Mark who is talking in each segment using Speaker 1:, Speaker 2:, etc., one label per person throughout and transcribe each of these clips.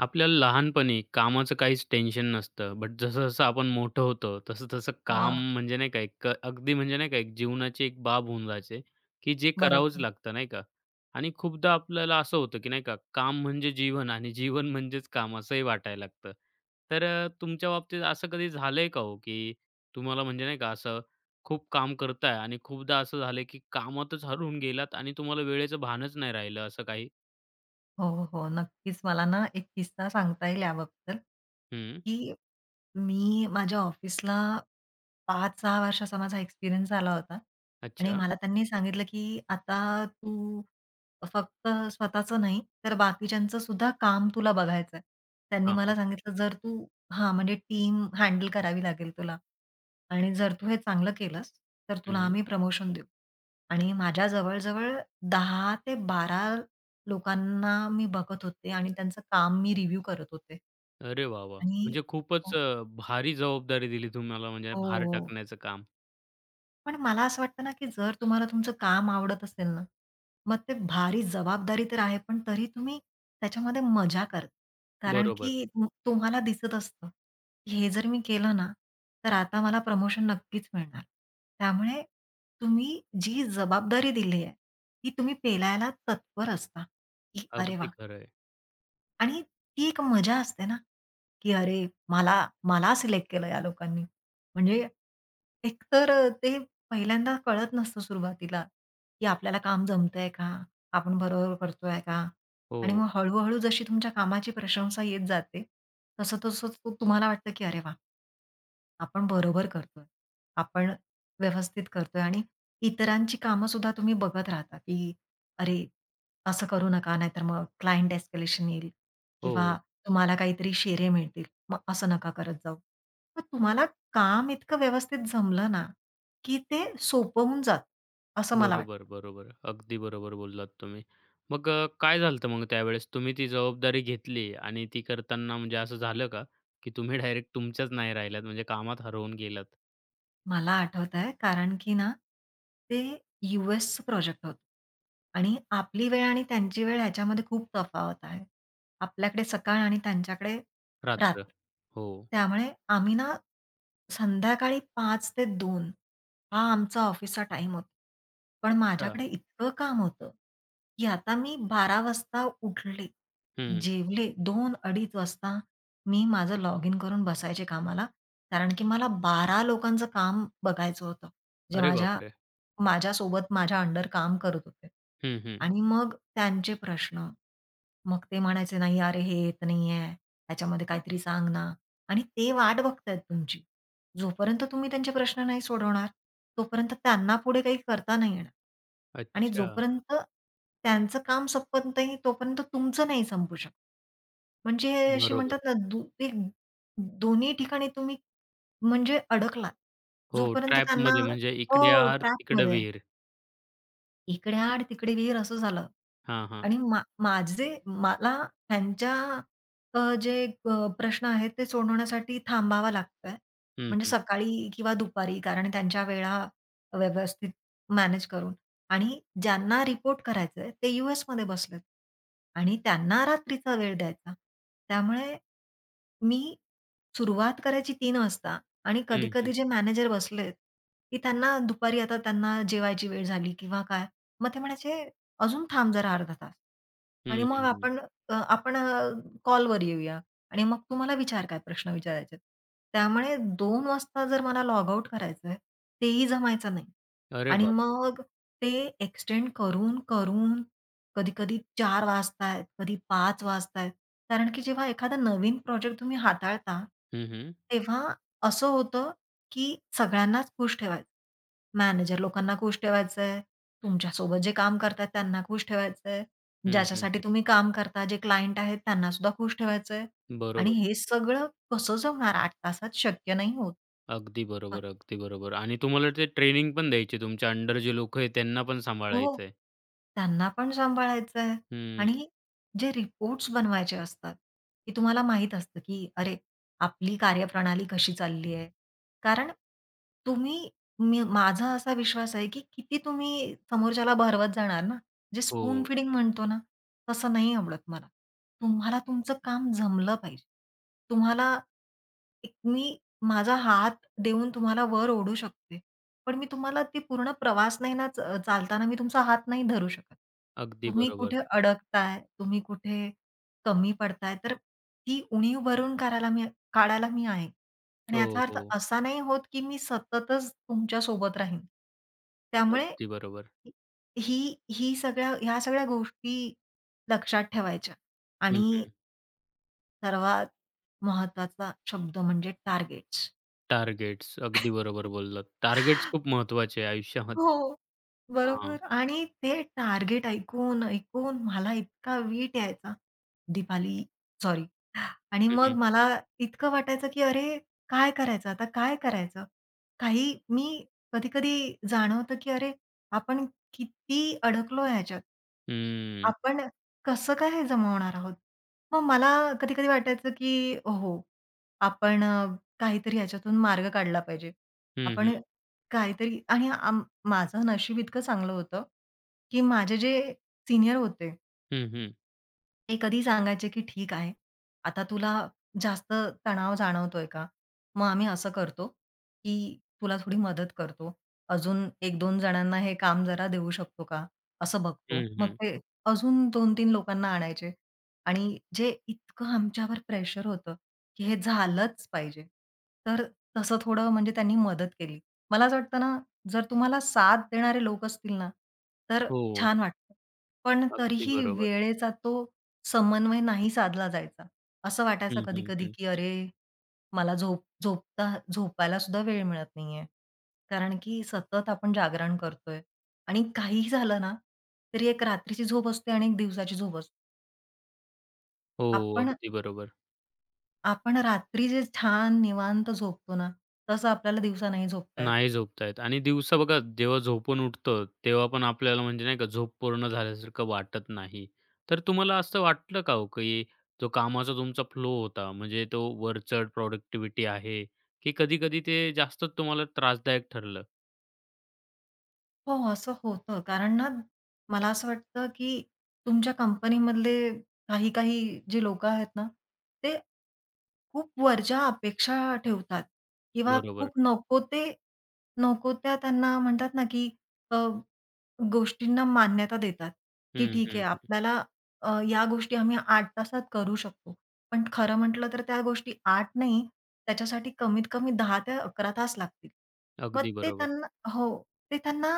Speaker 1: आपल्याला लहानपणी कामाचं काहीच टेन्शन नसतं. बट जसं-जसं आपण मोठं होतो, तसं-तसं काम
Speaker 2: हां,
Speaker 1: म्हणजे नाही का एक अगदी म्हणजे नाही का एक जीवनाची एक बाब होऊन जायचे, की जे करावंच
Speaker 2: बरोबर.
Speaker 1: लागतं नाही का? आणि खूपदा आपल्याला असं होतं, की नाही का काम म्हणजे जीवन आणि जीवन म्हणजेच काम असंही वाटायला लागतं. तर तुमच्या बाबतीत असं कधी झालंय का हो, की तुम्हाला म्हणजे नाही का असं खूप काम करताय आणि खूपदा असं झालंय, की कामातच हरवून गेलात आणि तुम्हाला वेळेचं भानच नाही राहिलं असं काही?
Speaker 2: हो, हो, हो. नक्कीच मला ना एक किस्सा सांगता येईल याबद्दल,
Speaker 1: हं.
Speaker 2: की मी माझ्या ऑफिसला 5-6 वर्षाचा माझा एक्सपिरियन्स झाला होता आणि
Speaker 1: अच्छा.
Speaker 2: मला त्यांनी सांगितलं, की "आता तू फक्त स्वतःचं नाही, तर बाकीच्यांचं सुद्धा काम तुला बघायचंय." त्यांनी
Speaker 1: हां,
Speaker 2: मला
Speaker 1: हां.
Speaker 2: सांगितलं, "जर तू" हां, म्हणजे टीम हँडल करावी लागेल तुला आणि "जर तू हे चांगलं केलंस, तर तुला आम्ही प्रमोशन देऊ." आणि माझ्या जवळ-जवळ 10 ते 12 लोकांना मी बघत होते आणि त्यांचं काम मी रिव्ह्यू करत होते.
Speaker 1: अरे वाह, वाह!
Speaker 2: आणि
Speaker 1: म्हणजे खूपच
Speaker 2: हो,
Speaker 1: अ, भारी जबाबदारी दिली तुम्हाला म्हणजे
Speaker 2: हो,
Speaker 1: भार
Speaker 2: हो.
Speaker 1: टाकण्याचं काम.
Speaker 2: पण मला असं वाटतं ना, की जर तुम्हाला तुमचं काम आवडत असेल ना, मग ते भारी जबाबदारी तर आहे, पण तरी तुम्ही त्याच्यामध्ये मजा करा. कारण
Speaker 1: बरोबर.
Speaker 2: की तुम्हाला दिसत असतं, की हे जर मी केलं ना, तर आता मला प्रमोशन नक्कीच मिळणार. त्यामुळे तुम्ही जी जबाबदारी दिली आहे, ती तुम्ही पेलायला तत्पर असता, की "अरे
Speaker 1: अगदी
Speaker 2: वाह!"
Speaker 1: खरं आहे.
Speaker 2: आणि ती एक मजा असते ना, की अरे मला मला सिलेक्ट केलं या लोकांनी. म्हणजे एकतर ते पहिल्यांदा कळत नसतं सुरुवातीला, की आपल्याला काम जमतंय का? आपण बरोबर करतोय का? आणि
Speaker 1: हो,
Speaker 2: मग हळू-हळू जशी तुमच्या कामाची प्रशंसा येत जाते, तसं-तसं तुम्हाला वाटतं, की अरे वाह! आपण बरोबर करतोय. आपण व्यवस्थित करतोय आणि इतरांची कामंसुद्धा तुम्ही बघत राहता, की "अरे, असं करू नका, नाहीतर मग क्लायंट एस्केलेशन येईल किंवा
Speaker 1: हो.
Speaker 2: तुम्हाला काहीतरी शेरे मिळतील. मग असं नका करत जाऊ." मग तुम्हाला काम इतकं व्यवस्थित जमलं ना, की ते सोपं होऊन असं मला
Speaker 1: बरोबर,
Speaker 2: वाटतं.
Speaker 1: बरोबर. अगदी बरोबर बोललात तुम्ही. मग काय झालं होतं मग त्यावेळेस? तुम्ही ती जबाबदारी घेतली आणि ती करताना म्हणजे असं झालं का, की तुम्ही डायरेक्ट तुमच्याच नाही राहिल्यात म्हणजे कामात हरवून गेलात
Speaker 2: मला आठवतंय कारण की ना, ते यूएसचं प्रोजेक्ट होतं आणि आपली वेळ आणि त्यांची वेळ ह्याच्यामध्ये खूप तफावत आहे. आपल्याकडे सकाळ आणि त्यांच्याकडे
Speaker 1: रात्र?
Speaker 2: रात्र.
Speaker 1: हो.
Speaker 2: त्यामुळे आम्ही ना, संध्याकाळी पाच ते दोन हा आमचा ऑफिसचा टाईम होता. पण
Speaker 1: अच्छा.
Speaker 2: माझ्याकडे इतकं काम होतं, की आता मी 12 वाजता उठले,
Speaker 1: हं.
Speaker 2: जेवले 2:00-2:30 वाजता मी माझं लॉग इन करून बसायचे कामाला. कारण की मला बारा लोकांचं काम बघायचं होतं. जे
Speaker 1: अरे बापरे!
Speaker 2: माझ्यासोबत माझ्या अंडर काम करत होते.
Speaker 1: हं, हं.
Speaker 2: आणि मग त्यांचे प्रश्न. मग ते म्हणायचे, "नाही अरे, हे येत नाहीये. त्याच्यामध्ये काहीतरी सांग ना." आणि ते वाट बघतायत तुमची. जोपर्यंत तुम्ही त्यांचे प्रश्न नाही सोडवणार, तोपर्यंत त्यांना पुढे काही करता नाही येणार. आणि
Speaker 1: अच्छा.
Speaker 2: जोपर्यंत त्यांचं काम संपत नाही, तोपर्यंत तुमचं नाही संपू शकत. म्हणजे अशी म्हणतात
Speaker 1: बरोबर.
Speaker 2: ना, एक दोन्ही ठिकाणी तुम्ही म्हणजे अडकलात.
Speaker 1: हो,
Speaker 2: जोपर्यंत त्यांना
Speaker 1: ट्रॅपमध्ये म्हणजे इकडे
Speaker 2: हो,
Speaker 1: आहार तिकडे
Speaker 2: ट्रॅकमध्ये.
Speaker 1: विहीर.
Speaker 2: इकडे आड, तिकडे विहीर असं झालं.
Speaker 1: हां, हां.
Speaker 2: आणि माझे मला त्यांच्या जे प्रश्न आहेत ते सोडवण्यासाठी थांबावा लागतोय.
Speaker 1: हं,
Speaker 2: म्हणजे
Speaker 1: हं.
Speaker 2: सकाळी किंवा दुपारी कारण त्यांच्या वेळा व्यवस्थित मॅनेज करून आणि ज्यांना रिपोर्ट करायचंय ते यू-एसमध्ये बसलेत आणि त्यांना रात्रीचा वेळ द्यायचा. त्यामुळे मी सुरुवात करायची 3:00 वाजता आणि
Speaker 1: हं, हं.
Speaker 2: कधी-कधी जे मॅनेजर बसलेत, की त्यांना दुपारी आता त्यांना जेवायची वेळ झाली किंवा काय, मग ते म्हणायचे अजून थांब जरा अर्धा तास आणि
Speaker 1: हं,
Speaker 2: मग
Speaker 1: हं, हं.
Speaker 2: आपण कॉलवर येऊया आणि मग तुम्हाला विचार काय प्रश्न विचारायचे आहेत. त्यामुळे 2:00 वाजता जर मला लॉग आउट करायचंय, तेही जमायचं नाही
Speaker 1: अरे
Speaker 2: आणि
Speaker 1: बापरे!
Speaker 2: मग ते एक्सटेंड करून, करून कधी-कधी 4:00 वाजतायत, कधी 5:00 वाजतायत. कारण की जेव्हा एखादा नवीन प्रोजेक्ट तुम्ही हाताळता,
Speaker 1: हं, हं.
Speaker 2: तेव्हा असं होतं की सगळ्यांनाच खुश ठेवायचं. मॅनेजर लोकांना खुश ठेवायचंय, तुमच्यासोबत जे काम करतायत त्यांना खुश ठेवायचंय,
Speaker 1: हं, हं,
Speaker 2: ज्याच्यासाठी
Speaker 1: हं.
Speaker 2: तुम्ही काम करता, जे क्लायंट आहेत त्यांना सुद्धा खुश ठेवायचंय आणि
Speaker 1: बरोबर.
Speaker 2: हे सगळं कसं जमणार 8 तासात शक्य नाही होत.
Speaker 1: अगदी बरोबर, अगदी बरोबर आणि तुम्हाला ते ट्रेनिंग पण द्यायची. तुमच्या अंडर जे लोकं आहेत त्यांना पण
Speaker 2: हो.
Speaker 1: सांभाळायचंय.
Speaker 2: त्यांना पण सांभाळायचं आहे
Speaker 1: हं.
Speaker 2: आणि जे रिपोर्ट्स बनवायचे असतात, की तुम्हाला माहीत असतं, की अरे, आपली कार्यप्रणाली कशी चालली आहे. कारण तुम्ही मी माझा असा विश्वास आहे, की किती तुम्ही समोरच्याला भरवत जाणार ना. जे
Speaker 1: हो.
Speaker 2: स्पून फिडिंग म्हणतो ना, तसं नाही आवडत मला. तुम्हाला तुमचं काम जमलं पाहिजे. तुम्हाला मी माझा हात देऊन तुम्हाला वर ओढू शकते. पण मी तुम्हाला ती पूर्ण प्रवास नाही ना, चालताना मी तुमचा हात नाही धरू शकत.
Speaker 1: अगदी
Speaker 2: तुम्ही
Speaker 1: बरोबर.
Speaker 2: कुठे अडकताय, तुम्ही कुठे कमी पडताय, तर ती उणीव भरून करायला मी काढायला मी आहे. आणि
Speaker 1: हो,
Speaker 2: याचा अर्थ
Speaker 1: हो.
Speaker 2: असा नाही होत, की मी सततच तुमच्या सोबत राहीन. त्यामुळे
Speaker 1: अगदी बरोबर.
Speaker 2: ही ही सगळ्या ह्या सगळ्या गोष्टी लक्षात ठेवायच्या.
Speaker 1: हं,
Speaker 2: आणि
Speaker 1: हं.
Speaker 2: सर्वात महत्त्वाचा शब्द म्हणजे टार्गेट्स.
Speaker 1: टार्गेट्स. अगदी बरोबर बोललात. टार्गेट्स खूप महत्त्वाचे आहे आयुष्यामध्ये.
Speaker 2: हो,
Speaker 1: हां.
Speaker 2: बरोबर आणि ते टार्गेट ऐकून, ऐकून मला इतका वीट यायचा. दिवाळी सॉरी आणि
Speaker 1: हं,
Speaker 2: मग
Speaker 1: हं.
Speaker 2: मला इतकं वाटायचं, की अरे काय करायचं आता? काय करायचं? काही मी कधी-कधी जाणवतं, की अरे आपण किती अडकलो ह्याच्यात.
Speaker 1: हं.
Speaker 2: आपण कसं काय हे जमवणार आहोत? मग मला कधी-कधी वाटायचं, की "ओहो, आपण काहीतरी ह्याच्यातून मार्ग काढला पाहिजे."
Speaker 1: हं, हं.
Speaker 2: आपण काहीतरी आणि आम माझं नशीब इतकं चांगलं होतं, की माझे जे सीनियर होते
Speaker 1: हं, हं.
Speaker 2: ते कधी सांगायचे, की "ठीक आहे, आता तुला जास्त तणाव जाणवतोय का?" मग आम्ही असं करतो, की "तुला थोडी मदत करतो. अजून एक दोन जणांना हे काम जरा देऊ शकतो का?" असं बघतो.
Speaker 1: हं,
Speaker 2: मग
Speaker 1: हं.
Speaker 2: ते अजून 2-3 लोकांना आणायचे आणि जे इतकं आमच्यावर प्रेशर होतं, की हे झालंच पाहिजे. तर तसं थोडं म्हणजे त्यांनी मदत केली. मला असं वाटतं ना, जर तुम्हाला साथ देणारे लोक असतील ना, तर
Speaker 1: हो.
Speaker 2: छान वाटतं. पण
Speaker 1: अगदी
Speaker 2: तरीही
Speaker 1: बरोबर.
Speaker 2: वेळेचा तो समन्वय नाही साधला जायचा. असं वाटायचं
Speaker 1: हं, हं,
Speaker 2: कधी-कधी,
Speaker 1: हं.
Speaker 2: की अरे, मला झोपायला सुद्धा वेळ मिळत नाहीये. कारण की सतत आपण जागरण करतोय आणि काहीही झालं ना, तरी एक रात्रीची झोप असते आणि एक दिवसाची झोप असते.
Speaker 1: हो.
Speaker 2: आपण
Speaker 1: अगदी बरोबर.
Speaker 2: आपण रात्री जे छान निवांत झोपतो ना, तसं आपल्याला दिवसा नाही झोपता येत.
Speaker 1: नाही झोपतायत आणि दिवसा बघा जेव्हा झोपून उठतो, तेव्हा पण आपल्याला म्हणजे नाही का झोप पूर्ण झाल्यासारखं वाटत नाही. तर तुम्हाला असं वाटलं का हो, की जो कामाचा तुमचा फ्लो होता म्हणजे तो वरचढ प्रॉडक्टिव्हिटी आहे, की कधी-कधी ते जास्तच तुम्हाला त्रासदायक ठरलं?
Speaker 2: हो, असं होतं. कारण ना, मला असं वाटतं, की तुमच्या कंपनीमधले काही-काही जे लोकं आहेत ना, ते खूप वरच्या अपेक्षा ठेवतात किंवा
Speaker 1: बरोबर.
Speaker 2: खूप नको ते नको त्या त्यांना म्हणतात ना, की अ, गोष्टींना मान्यता देतात, की
Speaker 1: हं,
Speaker 2: ठीक
Speaker 1: हं,
Speaker 2: आहे
Speaker 1: हं.
Speaker 2: आपल्याला या गोष्टी आम्ही 8 तासात करू शकतो. पण खरं म्हटलं तर त्या गोष्टी 8 नाही, त्याच्यासाठी कमीत कमी 10 ते 11 तास लागतील. मग
Speaker 1: अगदी
Speaker 2: ते
Speaker 1: बरोबर.
Speaker 2: त्यांना हो, ते त्यांना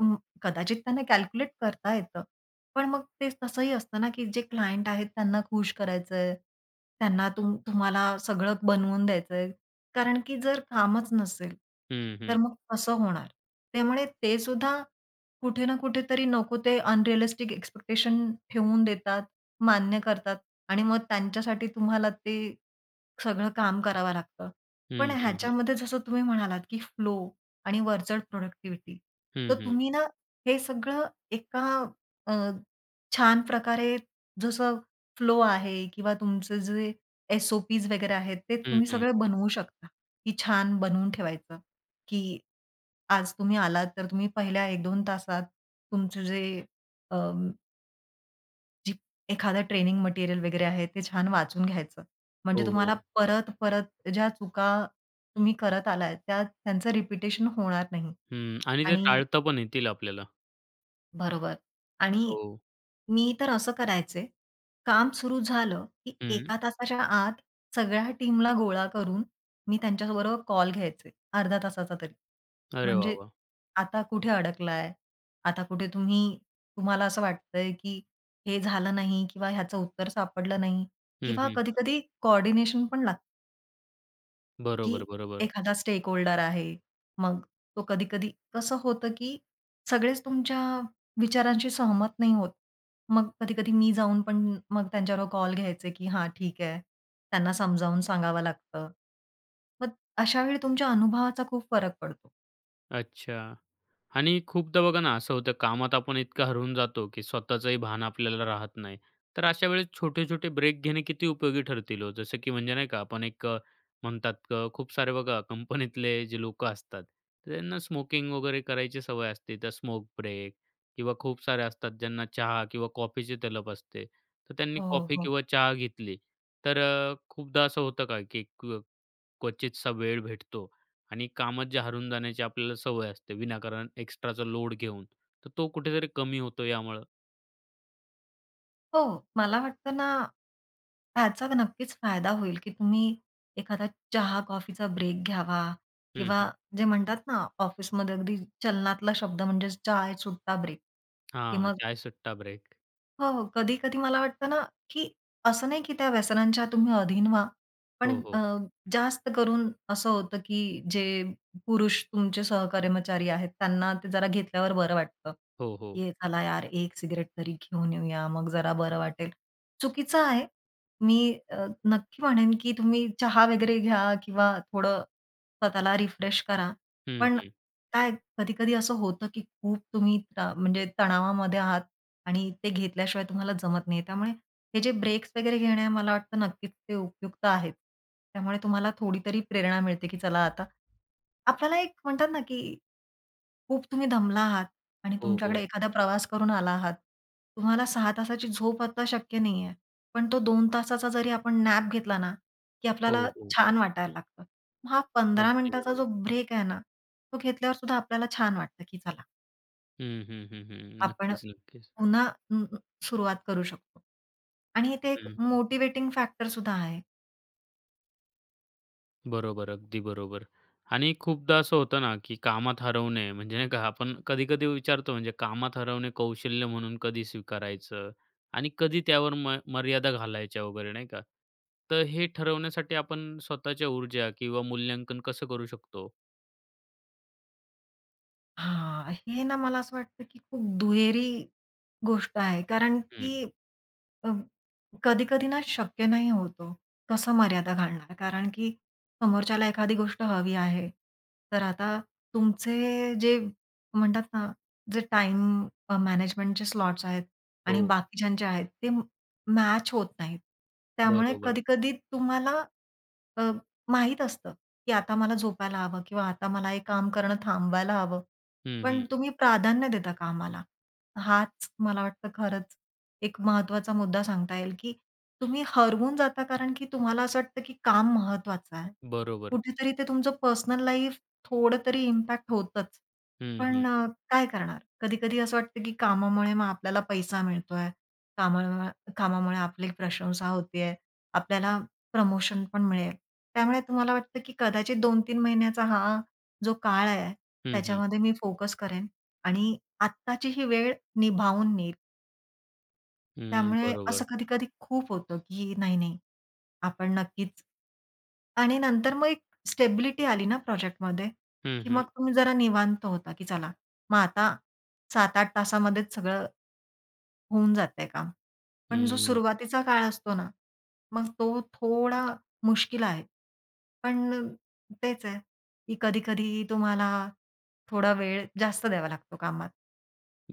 Speaker 2: अं, कदाचित त्यांना कॅल्क्युलेट करता येतं. पण मग ते तसंही असतं ना, की जे क्लायंट आहेत त्यांना खुश करायचंय. त्यांना तुम तुम्हाला सगळं बनवून द्यायचंय. कारण की जर कामच नसेल,
Speaker 1: हं,
Speaker 2: तर
Speaker 1: हं.
Speaker 2: मग कसं होणार? त्यामुळे ते सुद्धा कुठे ना कुठेतरी नको ते अनरिअलिस्टिक एक्स्पेक्टेशन ठेवून देतात, मान्य करतात आणि मग त्यांच्यासाठी तुम्हाला ते सगळं काम करावं लागतं.
Speaker 1: हं,
Speaker 2: पण
Speaker 1: हं, हं.
Speaker 2: ह्याच्यामध्ये जसं तुम्ही म्हणालात, की फ्लो आणि वरचढ प्रोडक्टिव्हिटी. तर
Speaker 1: हं, हं.
Speaker 2: तुम्ही ना हे सगळं एका अ, छान प्रकारे जसं फ्लो आहे किंवा तुमचे जे एस ओ वगैरे आहेत, ते तुम्ही
Speaker 1: हं,
Speaker 2: सगळे बनवू शकता, की छान बनवून ठेवायचं, की आज तुम्ही आलात तर तुम्ही पहिल्या 1-2 तासात तुमचे जे अ, जी एखादं ट्रेनिंग मटेरियल वगैरे आहे, ते छान वाचून घ्यायचं.
Speaker 1: हो,
Speaker 2: म्हणजे
Speaker 1: हो.
Speaker 2: तुम्हाला परत-परत ज्या चुका तुम्ही करत आलाय, त्यांचं रिपिटेशन होणार नाही.
Speaker 1: हं. आणि ते
Speaker 2: आणि
Speaker 1: टाळता पण येतील आपल्याला.
Speaker 2: बरोबर. आणि
Speaker 1: हो.
Speaker 2: मी तर असं करायचे, काम सुरू झालं, की
Speaker 1: हं.
Speaker 2: एका तासाच्या आत सगळ्या टीमला गोळा करून मी त्यांच्याबरोबर कॉल घ्यायचे, अर्धा तासाचा तरी.
Speaker 1: अरे वाह,
Speaker 2: म्हणजे
Speaker 1: वाह!
Speaker 2: आता कुठे अडकलाय? आता कुठे तुम्ही तुम्हाला असं वाटतंय, की हे झालं नाही किंवा ह्याचं उत्तर सापडलं नाही
Speaker 1: हं,
Speaker 2: किंवा
Speaker 1: हं.
Speaker 2: कधी-कधी कोऑर्डिनेशन पण लागतं. की
Speaker 1: बरोबर, बरोबर.
Speaker 2: एखादा स्टेक होल्डर आहे. मग तो कधी-कधी कसं होतं, की सगळेच तुमच्या विचारांशी सहमत नाही होत. मग कधी-कधी मी जाऊन पण मग त्यांच्यावर कॉल घ्यायचे, की "हां, ठीक आहे." त्यांना समजावून सांगावं लागतं. मग अशा वेळी तुमच्या अनुभवाचा खूप फरक पडतो.
Speaker 1: अच्छा. आणि खूपदा बघा ना, असं होतं कामात आपण इतकं हरवून जातो, की स्वतःचंही भान आपल्याला राहत नाही. तर अशा वेळेस छोटे-छोटे ब्रेक घेणे किती उपयोगी ठरतील हो? जसं की म्हणजे नाही का आपण एक म्हणतात खूप सारे बघा कंपनीतले जे लोकं असतात, त्यांना स्मोकिंग वगैरे करायची सवय असते. तर स्मोक ब्रेक किंवा खूप सारे असतात ज्यांना चहा किंवा कॉफीची तलप असते. तर त्यांनी
Speaker 2: हो,
Speaker 1: कॉफी
Speaker 2: हो.
Speaker 1: किंवा चहा घेतली, तर खूपदा असं होतं का, की क्वचितचा वेळ भेटतो आणि कामात जे हरून जाण्याची आपल्याला सवय असते विनाकारण एक्स्ट्राचा लोड घेऊन, तर तो कुठेतरी कमी होतो यामुळं.
Speaker 2: हो, मला वाटतं ना, ह्याचा नक्कीच फायदा होईल, की तुम्ही एखादा चहा, कॉफीचा ब्रेक घ्यावा
Speaker 1: हं,
Speaker 2: किंवा
Speaker 1: हं.
Speaker 2: जे म्हणतात ना, ऑफिसमध्ये अगदी चलनातला शब्द म्हणजे चाय सुट्टा ब्रेक, की
Speaker 1: हां,
Speaker 2: मग
Speaker 1: चायसुट्टा ब्रेक.
Speaker 2: हो, हो. कधी-कधी मला वाटतं ना, की असं नाही की त्या व्यसनांच्या तुम्ही अधीन व्हा. पण
Speaker 1: हो, हो.
Speaker 2: जास्त करून असं होतं की जे पुरुष तुमचे सहकर्मचारी आहेत, त्यांना ते जरा घेतल्यावर बरं वाटतं,
Speaker 1: हो, हो.
Speaker 2: की "चला यार, एक सिगरेट तरी घेऊन येऊया, मग जरा बरं वाटेल." चुकीचं आहे. मी नक्की म्हणेन की तुम्ही चहा वगैरे घ्या किंवा थोडं स्वतःला रिफ्रेश करा.
Speaker 1: हं,
Speaker 2: पण
Speaker 1: हं.
Speaker 2: काय कधी-कधी असं होतं, की खूप तुम्ही म्हणजे तणावामध्ये आहात आणि ते घेतल्याशिवाय तुम्हाला जमत नाही. त्यामुळे हे जे ब्रेक्स वगैरे घेणे मला वाटतं नक्कीच ते उपयुक्त आहेत. त्यामुळे तुम्हाला थोडी तरी प्रेरणा मिळते, की चला आता आपल्याला एक म्हणतात ना, की खूप तुम्ही दमला आहात आणि
Speaker 1: हो,
Speaker 2: तुमच्याकडे
Speaker 1: हो.
Speaker 2: एखादा प्रवास करून आला आहात. तुम्हाला 6 तासाची झोप आता शक्य नाहीये. पण तो 2 तासाचा जरी आपण नॅप घेतला ना, की
Speaker 1: हो,
Speaker 2: आपल्याला
Speaker 1: हो.
Speaker 2: छान वाटायला लागतं. मग हा 15
Speaker 1: अगदी
Speaker 2: मिनिटाचा जो
Speaker 1: बरोबर.
Speaker 2: ब्रेक आहे ना, तो घेतल्यावर सुद्धा आपल्याला छान वाटतं, की चला
Speaker 1: हं, हं, हं, हं.
Speaker 2: आपण
Speaker 1: नक्कीच, नक्कीच.
Speaker 2: पुन्हा अ, सुरुवात करू शकतो. आणि ते एक
Speaker 1: हं,
Speaker 2: मोटिव्हेटिंग फॅक्टर सुद्धा आहे.
Speaker 1: बरोबर, अगदी बरोबर. आणि खूपदा असं होतं ना, की कामात हरवणे म्हणजे नाही का आपण कधी-कधी विचारतो म्हणजे कामात हरवणे कौशल्य म्हणून कधी स्वीकारायचं आणि कधी त्यावर मर्यादा घालायच्या वगैरे नाही का? तर हे ठरवण्यासाठी आपण स्वतःच्या ऊर्जा किंवा मूल्यांकन कसं करू शकतो?
Speaker 2: हां, हे ना मला असं वाटतं, की खूप दुहेरी गोष्ट आहे. कारण की
Speaker 1: हं.
Speaker 2: अ, कधी-कधी ना शक्य नाही होतो, ओ. कसं मर्यादा घालणार? कारण की समोरच्याला एखादी गोष्ट हवी आहे. तर आता तुमचे जे म्हणतात ना, जे टाईम मॅनेजमेंटचे स्लॉट्स आहेत
Speaker 1: हो,
Speaker 2: आणि बाकीच्यांचे आहेत, ते मॅच होत नाहीत. त्यामुळे
Speaker 1: बरोबर.
Speaker 2: कधी-कधी तुम्हाला अ, माहीत असतं, की आता मला झोपायला हवं किंवा आता मला हे काम करणं थांबवायला हवं.
Speaker 1: हं,
Speaker 2: पण
Speaker 1: हं.
Speaker 2: तुम्ही प्राधान्य देता कामाला. हाच मला वाटतं खरंच एक महत्त्वाचा मुद्दा सांगता येईल, की तुम्ही हरवून जाता कारण की तुम्हाला असं वाटतं, की काम महत्त्वाचं आहे.
Speaker 1: बरोबर.
Speaker 2: कुठेतरी ते तुमचं पर्सनल लाईफ थोडं तरी इम्पॅक्ट होतंच.
Speaker 1: हं, हं.
Speaker 2: पण काय करणार? कधी-कधी असं वाटतं, की कामामुळे मग आपल्याला पैसा मिळतोय, कामामुळे कामामुळे आपली प्रशंसा होतेय, आपल्याला प्रमोशन पण मिळेल. त्यामुळे तुम्हाला वाटतं, की कदाचित 2-3 महिन्याचा हा जो काळ आहे,
Speaker 1: हं, हं.
Speaker 2: त्याच्यामध्ये मी फोकस करेन आणि आत्ताची ही वेळ निभावून नेईल.
Speaker 1: हं,
Speaker 2: त्यामुळे
Speaker 1: बरोबर.
Speaker 2: असं कधी-कधी खूप होतं, की नाही आपण नक्कीच आणि नंतर मग एक स्टेबिलिटी आली ना प्रोजेक्टमध्ये,
Speaker 1: हं,
Speaker 2: की
Speaker 1: हं.
Speaker 2: मग तुम्ही जरा निवांत होता, की चला मग आता 7-8 तासामध्येच सगळं होऊन जातंय काम. पण जो
Speaker 1: हं.
Speaker 2: सुरुवातीचा काळ असतो ना, मग तो थोडा मुश्किल आहे. पण तेच आहे, की कधी-कधी तुम्हाला थोडा वेळ जास्त द्यावा लागतो कामात.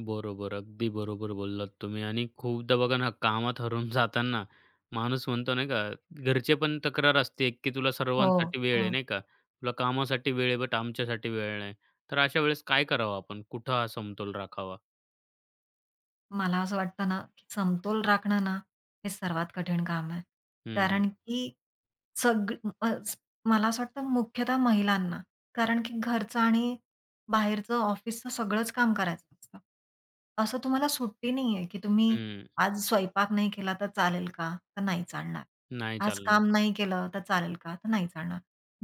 Speaker 1: बरोबर. अगदी बरोबर बोललात तुम्ही आणि खूपदा बघा ना, कामात हरवून जाताना माणूस म्हणतो नाही का, घरचे पण तक्रार असते, की तुला
Speaker 2: हो,
Speaker 1: सर्वांसाठी वेळ आहे,
Speaker 2: हो.
Speaker 1: नाही का? तुला कामासाठी वेळ आहे, बट आमच्यासाठी वेळ नाही. तर अशा वेळेस काय करावं आपण? कुठं हा समतोल राखावा?
Speaker 2: मला असं वाटतं ना, की समतोल राखणं ना, हे सर्वात कठीण काम आहे.
Speaker 1: हं, हं.
Speaker 2: कारण की सग अ, स- मला असं वाटतं मुख्यतः महिलांना. कारण की घरचं आणि बाहेरचं, ऑफिसचं सगळंच काम करायचं असतं. असं तुम्हाला सुट्टी नाहीये, की तुम्ही
Speaker 1: हं.
Speaker 2: आज स्वयंपाक नाही केला तर चालेल का? तर नाही चालणार.
Speaker 1: नाही
Speaker 2: आज
Speaker 1: चालणार.
Speaker 2: काम नाही केलं तर चालेल का? तर नाही चालणार.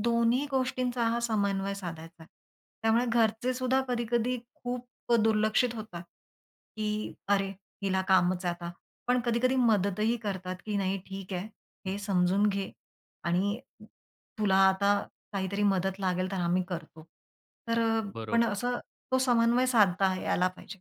Speaker 2: दोन्ही गोष्टींचा हा समन्वय साधायचा आहे. त्यामुळे घरचे सुद्धा कधी-कधी खूप दुर्लक्षित होतात, की "अरे, हिला कामच आहे आता." पण कधी-कधी मदतही करतात, की "नाही, ठीक आहे. हे समजून घे आणि तुला आता काहीतरी मदत लागेल तर आम्ही करतो." तर पण
Speaker 1: बरोबर.
Speaker 2: असं तो समन्वय साधता यायला पाहिजे.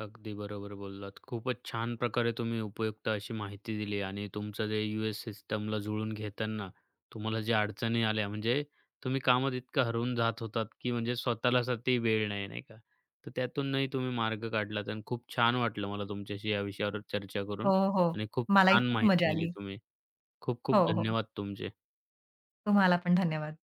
Speaker 1: अगदी बरोबर बोललात. खूपच छान प्रकारे तुम्ही उपयुक्त अशी माहिती दिली आणि तुमचं जे यू-एस सिस्टमला जुळून घेताना तुम्हाला ज्या अडचणी आल्या, म्हणजे तुम्ही कामात इतकं हरवून जात होतात, की म्हणजे स्वतःलासाठी वेळ नाही, नाही का? तर त्यातूनही तुम्ही मार्ग काढलात आणि खूप छान वाटलं मला तुमच्याशी या विषयावर चर्चा करून
Speaker 2: हो, हो.
Speaker 1: आणि खूप
Speaker 2: मलाही
Speaker 1: छान
Speaker 2: खूप मजा
Speaker 1: माहिती दिली
Speaker 2: आली.
Speaker 1: तुम्ही. खूप खूप
Speaker 2: हो, हो.
Speaker 1: धन्यवाद तुमचे.
Speaker 2: तुम्हाला पण धन्यवाद.